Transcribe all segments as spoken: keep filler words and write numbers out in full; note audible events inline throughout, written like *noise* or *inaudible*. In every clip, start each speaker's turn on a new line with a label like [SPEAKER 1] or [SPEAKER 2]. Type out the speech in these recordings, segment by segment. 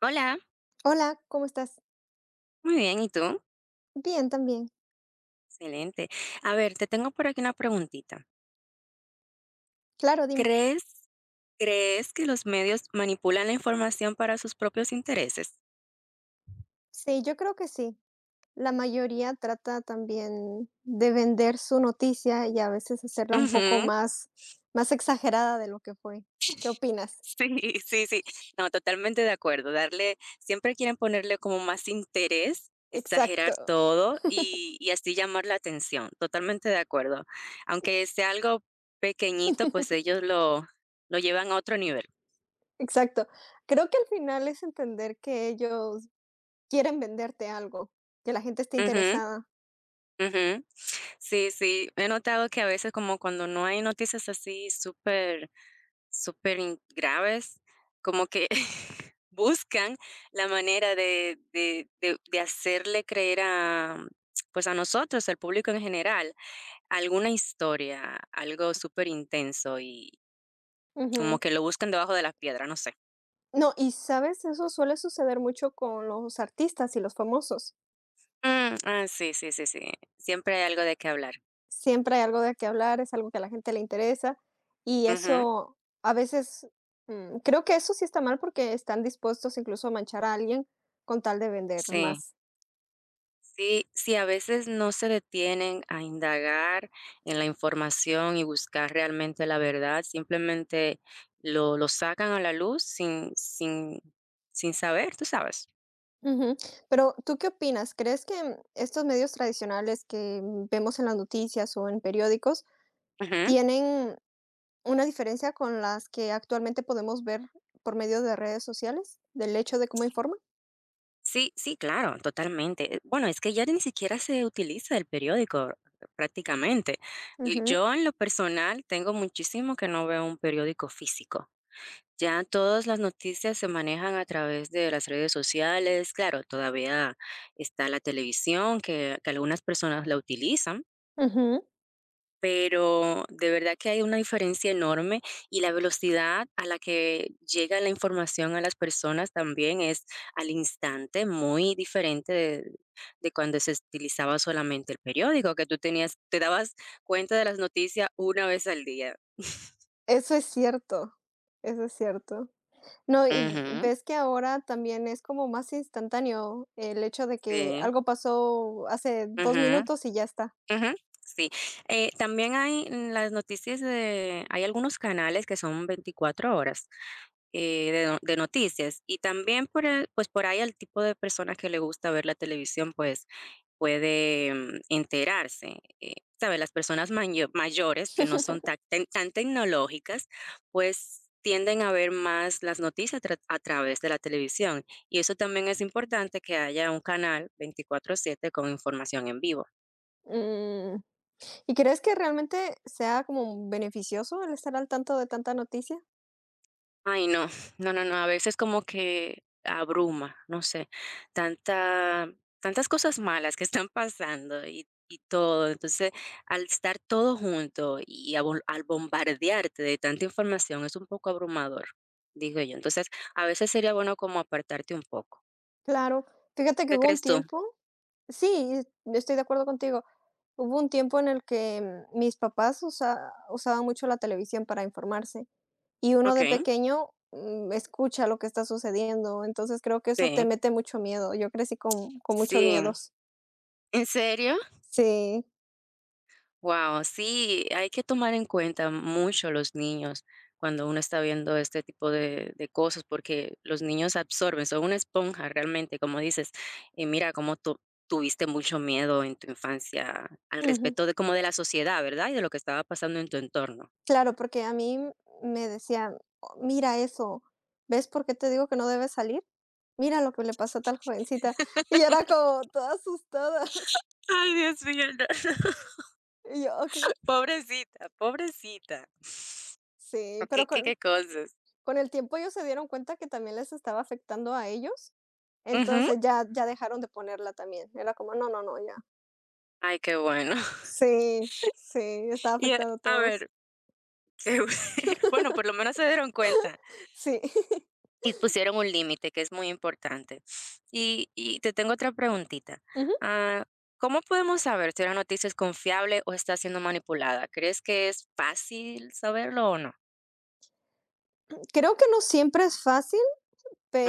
[SPEAKER 1] Hola,
[SPEAKER 2] Hola, ¿cómo estás?
[SPEAKER 1] muy bien, ¿y tú?
[SPEAKER 2] Bien, también.
[SPEAKER 1] Excelente. A ver, te tengo por aquí una preguntita.
[SPEAKER 2] Claro, dime.
[SPEAKER 1] ¿Crees crees que los medios manipulan la información para sus propios intereses?
[SPEAKER 2] Sí, yo creo que sí. La mayoría trata también de vender su noticia y a veces hacerla un poco
[SPEAKER 1] Ujú. *laughs*
[SPEAKER 2] más, más exagerada de lo que fue. ¿Qué opinas?
[SPEAKER 1] Sí, sí, sí. No, totalmente de acuerdo. Darle siempre quieren ponerle como más interés, exagerar
[SPEAKER 2] Exacto,
[SPEAKER 1] todo y y así llamar la atención. Totalmente de acuerdo. Aunque sea algo pequeñito, pues ellos lo lo llevan a otro nivel.
[SPEAKER 2] exacto. Creo que al final es entender que ellos quieren venderte algo, que la gente esté
[SPEAKER 1] Ujú,
[SPEAKER 2] interesada.
[SPEAKER 1] ujú. Sí, sí, he notado que a veces como cuando no hay noticias así súper, súper in- graves, como que *laughs* buscan la manera de, de, de- de hacerle creer a, pues a nosotros, al público en general, alguna historia, algo súper intenso y como
[SPEAKER 2] Ujú.
[SPEAKER 1] que lo buscan debajo de las piedras, no sé.
[SPEAKER 2] No, y sabes, eso suele suceder mucho con los artistas y los famosos.
[SPEAKER 1] Mm, ah, sí, sí, sí, sí. Siempre hay algo de qué hablar.
[SPEAKER 2] Siempre hay algo de qué hablar, es algo que a la gente le interesa y
[SPEAKER 1] Ujú.
[SPEAKER 2] eso a veces, mm, creo que eso sí está mal porque están dispuestos incluso a manchar a alguien con tal de vender
[SPEAKER 1] Sí.
[SPEAKER 2] más.
[SPEAKER 1] Sí, sí, a veces no se detienen a indagar en la información y buscar realmente la verdad, simplemente lo lo sacan a la luz sin sin sin saber, ¿tú sabes?
[SPEAKER 2] Ujú. Pero, ¿tú qué opinas? ¿Crees que mm, estos medios tradicionales que mm, vemos en las noticias o en periódicos
[SPEAKER 1] Ujú.
[SPEAKER 2] tienen una diferencia con las que actualmente podemos ver por medio de redes sociales, del hecho de cómo informan?
[SPEAKER 1] Sí, sí, claro, totalmente. Eh, bueno, es que ya ni siquiera se utiliza el periódico prácticamente. Y
[SPEAKER 2] Ujú,
[SPEAKER 1] Yo en lo personal tengo muchísimo que no veo un periódico físico. Ya todas las noticias se manejan a través de las redes sociales. Claro, todavía está la televisión que, que algunas personas la utilizan,
[SPEAKER 2] ujú.
[SPEAKER 1] pero de verdad que hay una diferencia enorme y la velocidad a la que llega la información a las personas también es al instante, muy diferente de, de cuando se utilizaba solamente el periódico, que tú tenías, te dabas cuenta de las noticias una vez al día.
[SPEAKER 2] Eso es cierto, eso es cierto. No, y
[SPEAKER 1] Ujú.
[SPEAKER 2] ves que ahora también es como más instantáneo el hecho de que
[SPEAKER 1] Sí.
[SPEAKER 2] algo pasó hace dos
[SPEAKER 1] Ujú.
[SPEAKER 2] minutos y ya está.
[SPEAKER 1] Ujú, sí. Eh, también hay en las noticias de, hay algunos canales que son veinticuatro horas, eh, de no de noticias, y también por el pues, por ahí, el tipo de persona que le gusta ver la televisión, pues, puede, mm, enterarse, eh, ¿sabes? Las personas mayo mayores que no son tac- tan tan tecnológicas, pues, tienden a ver más las noticias tra a través de la televisión, y eso también es importante, que haya un canal veinticuatro siete con información en vivo.
[SPEAKER 2] Mm, ¿y crees que realmente sea como beneficioso el estar al tanto de tanta noticia?
[SPEAKER 1] Ay, no, no, no, no, a veces como que abruma, no sé, tanta, tantas cosas malas que están pasando y, y todo. Entonces, al estar todo junto y a bol- al bombardearte de tanta información, es un poco abrumador, digo yo. Entonces, a veces sería bueno como apartarte un poco.
[SPEAKER 2] Claro, fíjate que
[SPEAKER 1] ¿Qué
[SPEAKER 2] hubo un
[SPEAKER 1] crees tú?
[SPEAKER 2] tiempo sí, estoy de acuerdo contigo. Hubo un tiempo en el que mm, mis papás usa usaban mucho la televisión para informarse, y uno
[SPEAKER 1] Ok,
[SPEAKER 2] de pequeño, mm, escucha lo que está sucediendo, entonces creo que eso te
[SPEAKER 1] sí,
[SPEAKER 2] mete mucho miedo. Yo crecí con con muchos
[SPEAKER 1] sí.
[SPEAKER 2] miedos.
[SPEAKER 1] ¿En serio?
[SPEAKER 2] Sí,
[SPEAKER 1] Wow, sí, hay que tomar en cuenta mucho los niños cuando uno está viendo este tipo de, de cosas, porque los niños absorben, son una esponja realmente, como dices, y mira cómo tú tuviste mucho miedo en tu infancia al
[SPEAKER 2] ujú.
[SPEAKER 1] respecto de, como, de la sociedad, ¿verdad? Y de lo que estaba pasando en tu entorno.
[SPEAKER 2] Claro, porque a mí me decían: "Oh, Mira eso, ¿ves por qué te digo que no debes salir? Mira lo que le pasó a tal jovencita", y yo era como toda asustada, *laughs*
[SPEAKER 1] Ay, Dios mío, no. *laughs*
[SPEAKER 2] y yo: "Okey".
[SPEAKER 1] Pobrecita, pobrecita.
[SPEAKER 2] Sí,
[SPEAKER 1] O, ¿Qué,
[SPEAKER 2] pero
[SPEAKER 1] qué,
[SPEAKER 2] con
[SPEAKER 1] qué cosas?
[SPEAKER 2] con el tiempo ellos se dieron cuenta que también les estaba afectando a ellos,
[SPEAKER 1] Ujú.
[SPEAKER 2] entonces ya ya dejaron de ponerla también. Era como: "No, no, no, ya".
[SPEAKER 1] Ay, qué bueno. *laughs*
[SPEAKER 2] Sí, sí, estaba
[SPEAKER 1] Y, a,
[SPEAKER 2] afectando a
[SPEAKER 1] a
[SPEAKER 2] todos.
[SPEAKER 1] ver, qué bu- *laughs* bueno, por lo menos se dieron cuenta.
[SPEAKER 2] Sí. *laughs*
[SPEAKER 1] Y pusieron un límite, que es muy importante. Y y te tengo otra preguntita.
[SPEAKER 2] Ujú.
[SPEAKER 1] Ah, ¿cómo podemos saber si una noticia es confiable o está siendo manipulada? ¿Crees que es fácil saberlo o no?
[SPEAKER 2] Creo que no siempre es fácil,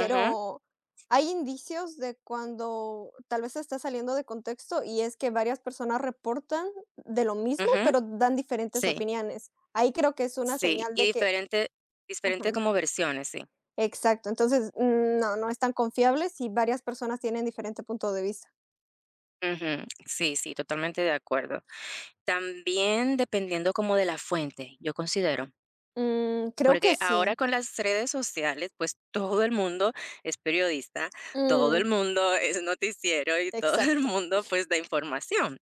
[SPEAKER 1] Ujú,
[SPEAKER 2] hay indicios de cuando tal vez está saliendo de contexto, y es que varias personas reportan de lo mismo,
[SPEAKER 1] ujú.
[SPEAKER 2] pero dan diferentes
[SPEAKER 1] Sí,
[SPEAKER 2] opiniones. Ahí creo que es una
[SPEAKER 1] sí.
[SPEAKER 2] señal
[SPEAKER 1] Y
[SPEAKER 2] de que
[SPEAKER 1] diferente diferente,
[SPEAKER 2] ajá.
[SPEAKER 1] como versiones, sí.
[SPEAKER 2] Exacto, entonces, mm, no, no es tan confiable si varias personas tienen diferente punto de vista.
[SPEAKER 1] Ujú. Sí, sí, totalmente de acuerdo. También dependiendo como de la fuente, yo considero.
[SPEAKER 2] Mm, creo
[SPEAKER 1] Porque
[SPEAKER 2] que
[SPEAKER 1] ahora
[SPEAKER 2] sí.
[SPEAKER 1] con las redes sociales, pues todo el mundo es periodista, todo
[SPEAKER 2] Mm,
[SPEAKER 1] el mundo es noticiero y todo el
[SPEAKER 2] exacto,
[SPEAKER 1] mundo, pues, da información.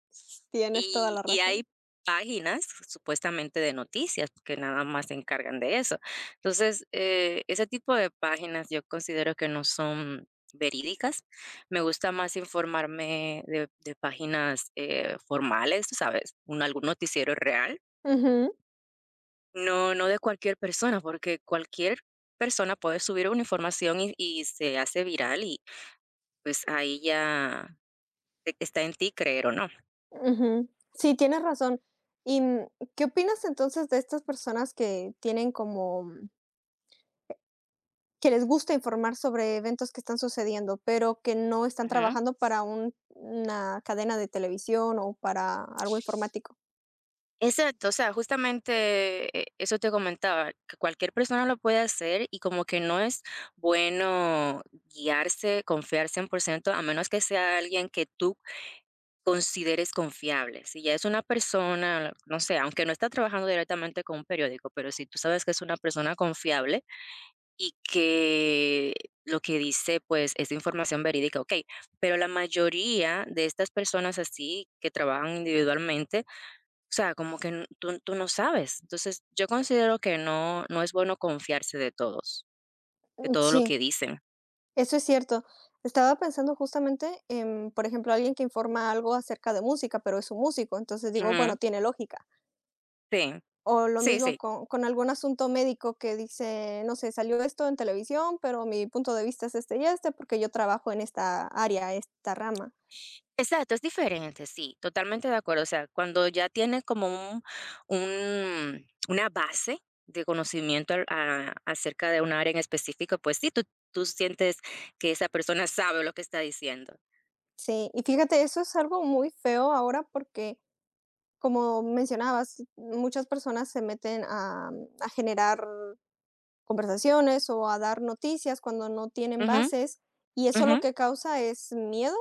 [SPEAKER 2] tienes toda
[SPEAKER 1] Y,
[SPEAKER 2] la
[SPEAKER 1] y hay
[SPEAKER 2] razón.
[SPEAKER 1] páginas supuestamente de noticias que nada más se encargan de eso. Entonces, eh, ese tipo de páginas yo considero que no son verídicas. Me gusta más informarme de, de páginas, eh, formales, tú sabes, un, algún noticiero real,
[SPEAKER 2] Ujú,
[SPEAKER 1] no, no de cualquier persona, porque cualquier persona puede subir una información y, y se hace viral y pues ahí ya e- está en ti creer o no.
[SPEAKER 2] ujú. Sí, tienes razón. ¿Y mm, qué opinas entonces de estas personas que tienen como mm, que les gusta informar sobre eventos que están sucediendo, pero que no están
[SPEAKER 1] Ujú.
[SPEAKER 2] trabajando para un- una cadena de televisión o para algo informático?
[SPEAKER 1] Exacto, o sea, justamente, eh, eso te comentaba, que cualquier persona lo puede hacer y como que no es bueno guiarse, confiar cien por ciento, a menos que sea alguien que tú consideres confiable. Si ya es una persona, no sé, aunque no está trabajando directamente con un periódico, pero si tú sabes que es una persona confiable, y que lo que dice, pues, es información verídica, okey, pero la mayoría de estas personas así que trabajan individualmente, o sea, como que n tú tú no sabes. Entonces, yo considero que no no es bueno confiarse de todos, de
[SPEAKER 2] Mm,
[SPEAKER 1] todo lo
[SPEAKER 2] sí.
[SPEAKER 1] que dicen.
[SPEAKER 2] Eso es cierto. Estaba pensando justamente en, por ejemplo, alguien que informa algo acerca de música, pero es un músico, entonces digo,
[SPEAKER 1] Ujú.
[SPEAKER 2] bueno, tiene lógica.
[SPEAKER 1] Sí.
[SPEAKER 2] O lo
[SPEAKER 1] Sí,
[SPEAKER 2] mismo
[SPEAKER 1] sí.
[SPEAKER 2] con, con algún asunto médico que dice, no sé, salió esto en televisión, pero mi punto de vista es este y este, porque yo trabajo en esta área, esta rama.
[SPEAKER 1] Exacto, es diferente, sí, totalmente de acuerdo. O sea, cuando ya tienes como un un una base de conocimiento al a acerca de un área en específico, pues sí, tú tú sientes que esa persona sabe lo que está diciendo.
[SPEAKER 2] Sí, y fíjate, eso es algo muy feo ahora porque, como mencionabas, muchas personas se meten a, a generar conversaciones o a dar noticias cuando no tienen
[SPEAKER 1] Ujú,
[SPEAKER 2] bases, y eso
[SPEAKER 1] ujú,
[SPEAKER 2] lo que causa es miedo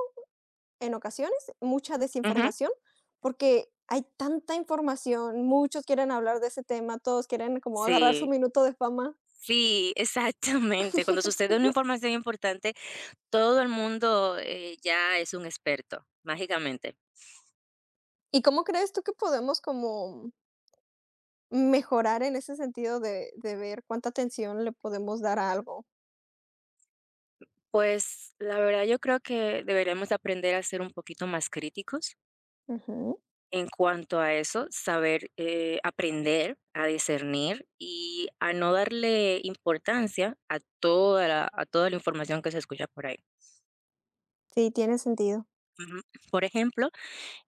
[SPEAKER 2] en ocasiones, mucha
[SPEAKER 1] ujú.
[SPEAKER 2] desinformación, porque hay tanta información, muchos quieren hablar de ese tema, todos quieren como agarrar su
[SPEAKER 1] Sí,
[SPEAKER 2] minuto de fama.
[SPEAKER 1] sí, *laughs* exactamente. Cuando sucede
[SPEAKER 2] *laughs*
[SPEAKER 1] una información importante, todo el mundo, eh, ya es un experto, mágicamente.
[SPEAKER 2] ¿Y cómo crees tú que podemos como mejorar en ese sentido de, de ver cuánta atención le podemos dar a algo?
[SPEAKER 1] Pues, la verdad, yo creo que deberíamos aprender a ser un poquito más críticos
[SPEAKER 2] Ujú,
[SPEAKER 1] en cuanto a eso, saber, eh, aprender a discernir y a no darle importancia a toda la a toda la información que se escucha por ahí.
[SPEAKER 2] sí, tiene sentido.
[SPEAKER 1] Ujú. Por ejemplo,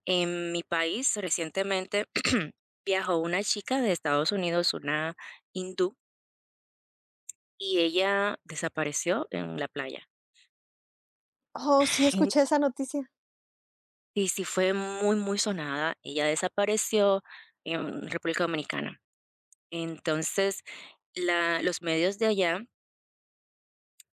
[SPEAKER 1] en mi país recientemente *clears throat* viajó una chica de Estados Unidos, una hindú, y ella desapareció en la playa.
[SPEAKER 2] Oh, sí,
[SPEAKER 1] En-
[SPEAKER 2] escuché esa noticia.
[SPEAKER 1] Y sí fue muy, muy sonada. Ella desapareció en República Dominicana. Entonces, la los medios de allá.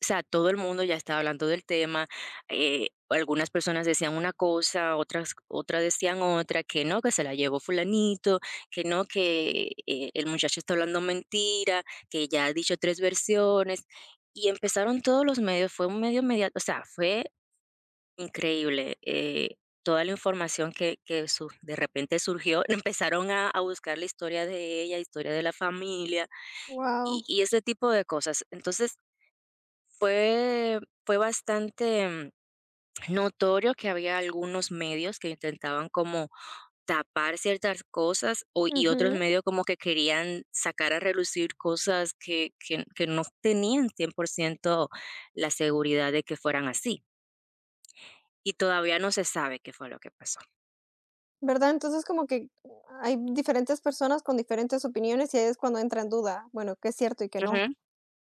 [SPEAKER 1] O sea, todo el mundo ya estaba hablando del tema. eh, algunas personas decían una cosa, otras, otras decían otra, que no, que se la llevó fulanito, que no, que, eh, el muchacho está hablando mentira, que ya ha dicho tres versiones. Y empezaron todos los medios, fue un medio inmediato, o sea, fue increíble. eh, toda la información que, que su- de repente surgió, *laughs* empezaron a, a buscar la historia de ella, historia de la familia y,
[SPEAKER 2] Wow.
[SPEAKER 1] y ese tipo de cosas. Entonces, fue fue bastante, mm, notorio que había algunos medios que intentaban como tapar ciertas cosas, o y otros medios como que querían sacar a relucir cosas que que que no tenían cien por ciento la seguridad de que fueran así, y todavía no se sabe qué fue lo que pasó.
[SPEAKER 2] ¿Verdad? Entonces, como que hay diferentes personas con diferentes opiniones y ahí es cuando entra en duda, bueno, qué es cierto y qué
[SPEAKER 1] Ujú,
[SPEAKER 2] no.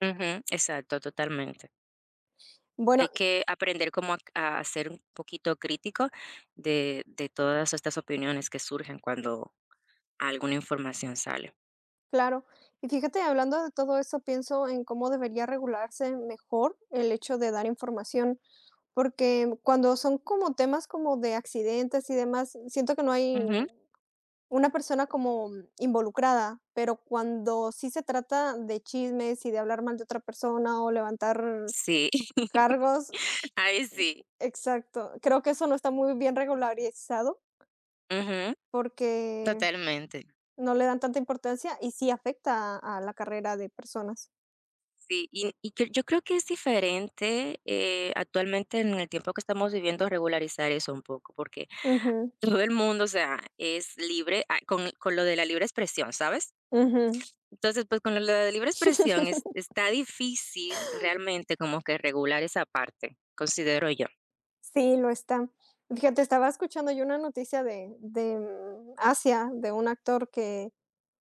[SPEAKER 1] ujú, exacto, totalmente.
[SPEAKER 2] Bueno,
[SPEAKER 1] Hay
[SPEAKER 2] y
[SPEAKER 1] que aprender, como, a a ser un poquito crítico de de todas estas opiniones que surgen cuando alguna información sale.
[SPEAKER 2] claro. Y fíjate, hablando de todo eso, pienso en cómo debería regularse mejor el hecho de dar información, porque cuando son como temas como de accidentes y demás, siento que no hay
[SPEAKER 1] Ujú.
[SPEAKER 2] una persona como involucrada, pero cuando sí se trata de chismes y de hablar mal de otra persona o levantar
[SPEAKER 1] Sí. *laughs*
[SPEAKER 2] cargos,
[SPEAKER 1] Ahí sí.
[SPEAKER 2] exacto. Creo que eso no está muy bien regularizado
[SPEAKER 1] Ujú.
[SPEAKER 2] porque
[SPEAKER 1] Totalmente.
[SPEAKER 2] no le dan tanta importancia y sí afecta a, a la carrera de personas.
[SPEAKER 1] Sí, y y que yo creo que es diferente, eh, actualmente en el tiempo que estamos viviendo, regularizar eso un poco, porque
[SPEAKER 2] Ujú,
[SPEAKER 1] *laughs* todo el mundo, o sea, es libre, ah, con con lo de la libre expresión, ¿sabes?
[SPEAKER 2] ujú.
[SPEAKER 1] Entonces, pues, con lo de la libre expresión,
[SPEAKER 2] *laughs*
[SPEAKER 1] es está difícil realmente como que regular esa parte, considero yo.
[SPEAKER 2] Sí, lo está. Fíjate, estaba escuchando yo una noticia de, de mm, Asia, de un actor que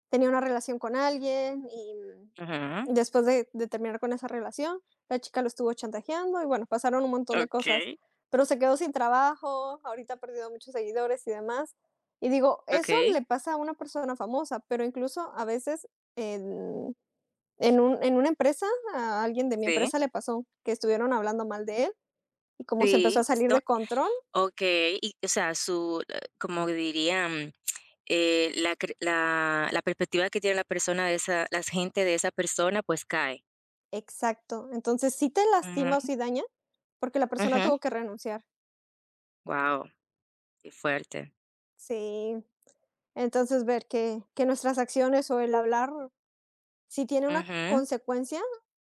[SPEAKER 2] tenía una relación con alguien y
[SPEAKER 1] Ujú.
[SPEAKER 2] mm, después de, de, terminar con esa relación, la chica lo estuvo chantajeando y bueno, pasaron un montón de cosas,
[SPEAKER 1] Okey,
[SPEAKER 2] pero se quedó sin trabajo, ahorita ha perdido muchos seguidores y demás. Y digo, eso
[SPEAKER 1] okey,
[SPEAKER 2] le pasa a una persona famosa, pero incluso a veces en, en, un, en una empresa, a alguien de mi
[SPEAKER 1] sí,
[SPEAKER 2] empresa le pasó que estuvieron hablando mal de él y como se empezó
[SPEAKER 1] sí.
[SPEAKER 2] a salir de control,
[SPEAKER 1] Okey, y, o sea, su, eh, como dirían, eh, la cre la la perspectiva que tiene la persona de esa la gente de esa persona, pues, cae.
[SPEAKER 2] exacto. Entonces sí te
[SPEAKER 1] Ujú.
[SPEAKER 2] lastima o sí daña porque la persona
[SPEAKER 1] Ujú.
[SPEAKER 2] tuvo que renunciar.
[SPEAKER 1] Qué fuerte.
[SPEAKER 2] Sí, entonces, ver que que nuestras acciones o el hablar sí tiene una
[SPEAKER 1] Ujú,
[SPEAKER 2] consecuencia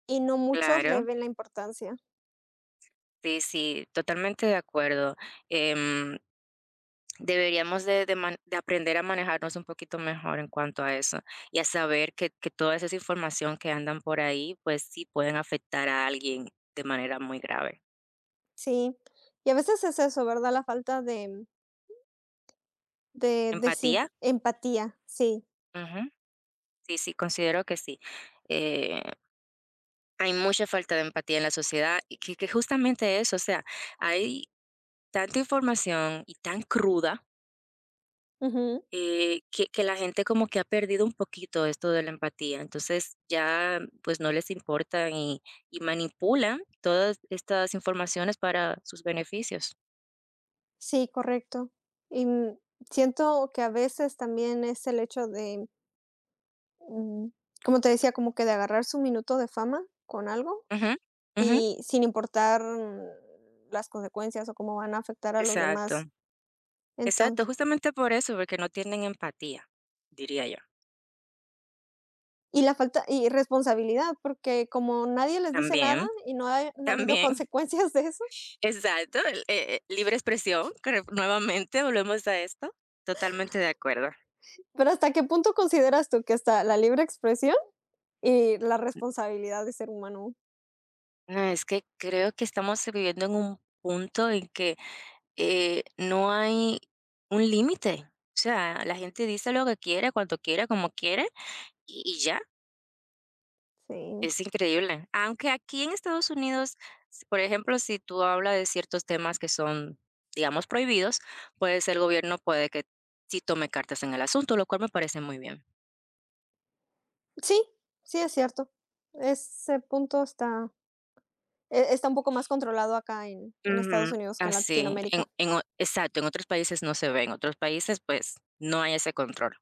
[SPEAKER 2] y no muchos le
[SPEAKER 1] claro.
[SPEAKER 2] ven la importancia.
[SPEAKER 1] Sí, sí, totalmente de acuerdo. Em, Deberíamos de de man de aprender a manejarnos un poquito mejor en cuanto a eso, y a saber que que toda esa información que andan por ahí, pues, sí pueden afectar a alguien de manera muy grave.
[SPEAKER 2] Sí. Y a veces es eso, ¿verdad? La falta de de de sin
[SPEAKER 1] Empatía,
[SPEAKER 2] empatía. Sí.
[SPEAKER 1] ujú. Sí, sí, considero que sí. Eh, hay mucha falta de empatía en la sociedad y que, que justamente eso, o sea, hay tanta información y tan cruda,
[SPEAKER 2] Ujú.
[SPEAKER 1] eh, que, que la gente, como que, ha perdido un poquito esto de la empatía. Entonces ya, pues, no les importa y, y manipulan todas estas informaciones para sus beneficios.
[SPEAKER 2] Sí, correcto. Y, mm, siento que a veces también es el hecho de, mm, como te decía, como que de agarrar su minuto de fama con algo
[SPEAKER 1] Ujú, ujú,
[SPEAKER 2] y sin importar mm, las consecuencias o cómo van a afectar a los
[SPEAKER 1] exacto,
[SPEAKER 2] demás.
[SPEAKER 1] exacto,
[SPEAKER 2] Entonces
[SPEAKER 1] justamente por eso, porque no tienen empatía, diría yo.
[SPEAKER 2] y la falta y responsabilidad, porque como nadie les dice nada
[SPEAKER 1] También,
[SPEAKER 2] y no ha no habido
[SPEAKER 1] también.
[SPEAKER 2] consecuencias de eso,
[SPEAKER 1] Exacto, el eh, libre expresión, creo, nuevamente volvemos a esto, totalmente de acuerdo.
[SPEAKER 2] pero, ¿hasta qué punto consideras tú que está la libre expresión y la responsabilidad de ser humano?
[SPEAKER 1] No, es que creo que estamos viviendo en un punto en que, eh, no hay un límite. O sea, la gente dice lo que quiere, cuanto quiere, como quiere, y y ya,
[SPEAKER 2] Sí.
[SPEAKER 1] es increíble. Aunque aquí en Estados Unidos, s por ejemplo, si tú hablas de ciertos temas que son, digamos, prohibidos, pues el gobierno puede que sí tome cartas en el asunto, lo cual me parece muy bien.
[SPEAKER 2] Sí, sí, es cierto. Ese punto está e está un poco más controlado acá en en Estados
[SPEAKER 1] Ujú,
[SPEAKER 2] Unidos que en
[SPEAKER 1] así, en
[SPEAKER 2] Latinoamérica.
[SPEAKER 1] en o exacto, en otros países no se ve, en otros países, pues, no hay ese control,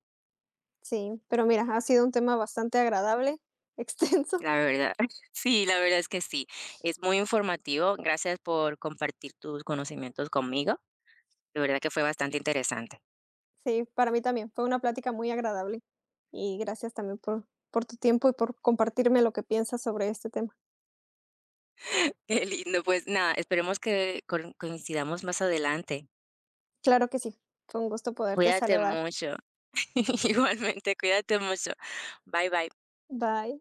[SPEAKER 2] Sí, pero mira, ha sido un tema bastante agradable, *laughs* extenso.
[SPEAKER 1] la verdad. *laughs* Sí, la verdad es que sí, es muy informativo. Gracias por compartir tus conocimientos conmigo. De verdad que fue bastante interesante.
[SPEAKER 2] Sí, para mí también. Fue una plática muy agradable y gracias también por, por tu tiempo y por compartirme lo que piensas sobre este tema.
[SPEAKER 1] *laughs* Qué lindo, pues nada, esperemos que con coincidamos más adelante.
[SPEAKER 2] Claro que sí. Fue un gusto poderte
[SPEAKER 1] Cuídate
[SPEAKER 2] saludar.
[SPEAKER 1] mucho. *laughs* Igualmente, cuídate mucho. Bye, bye.
[SPEAKER 2] Bye.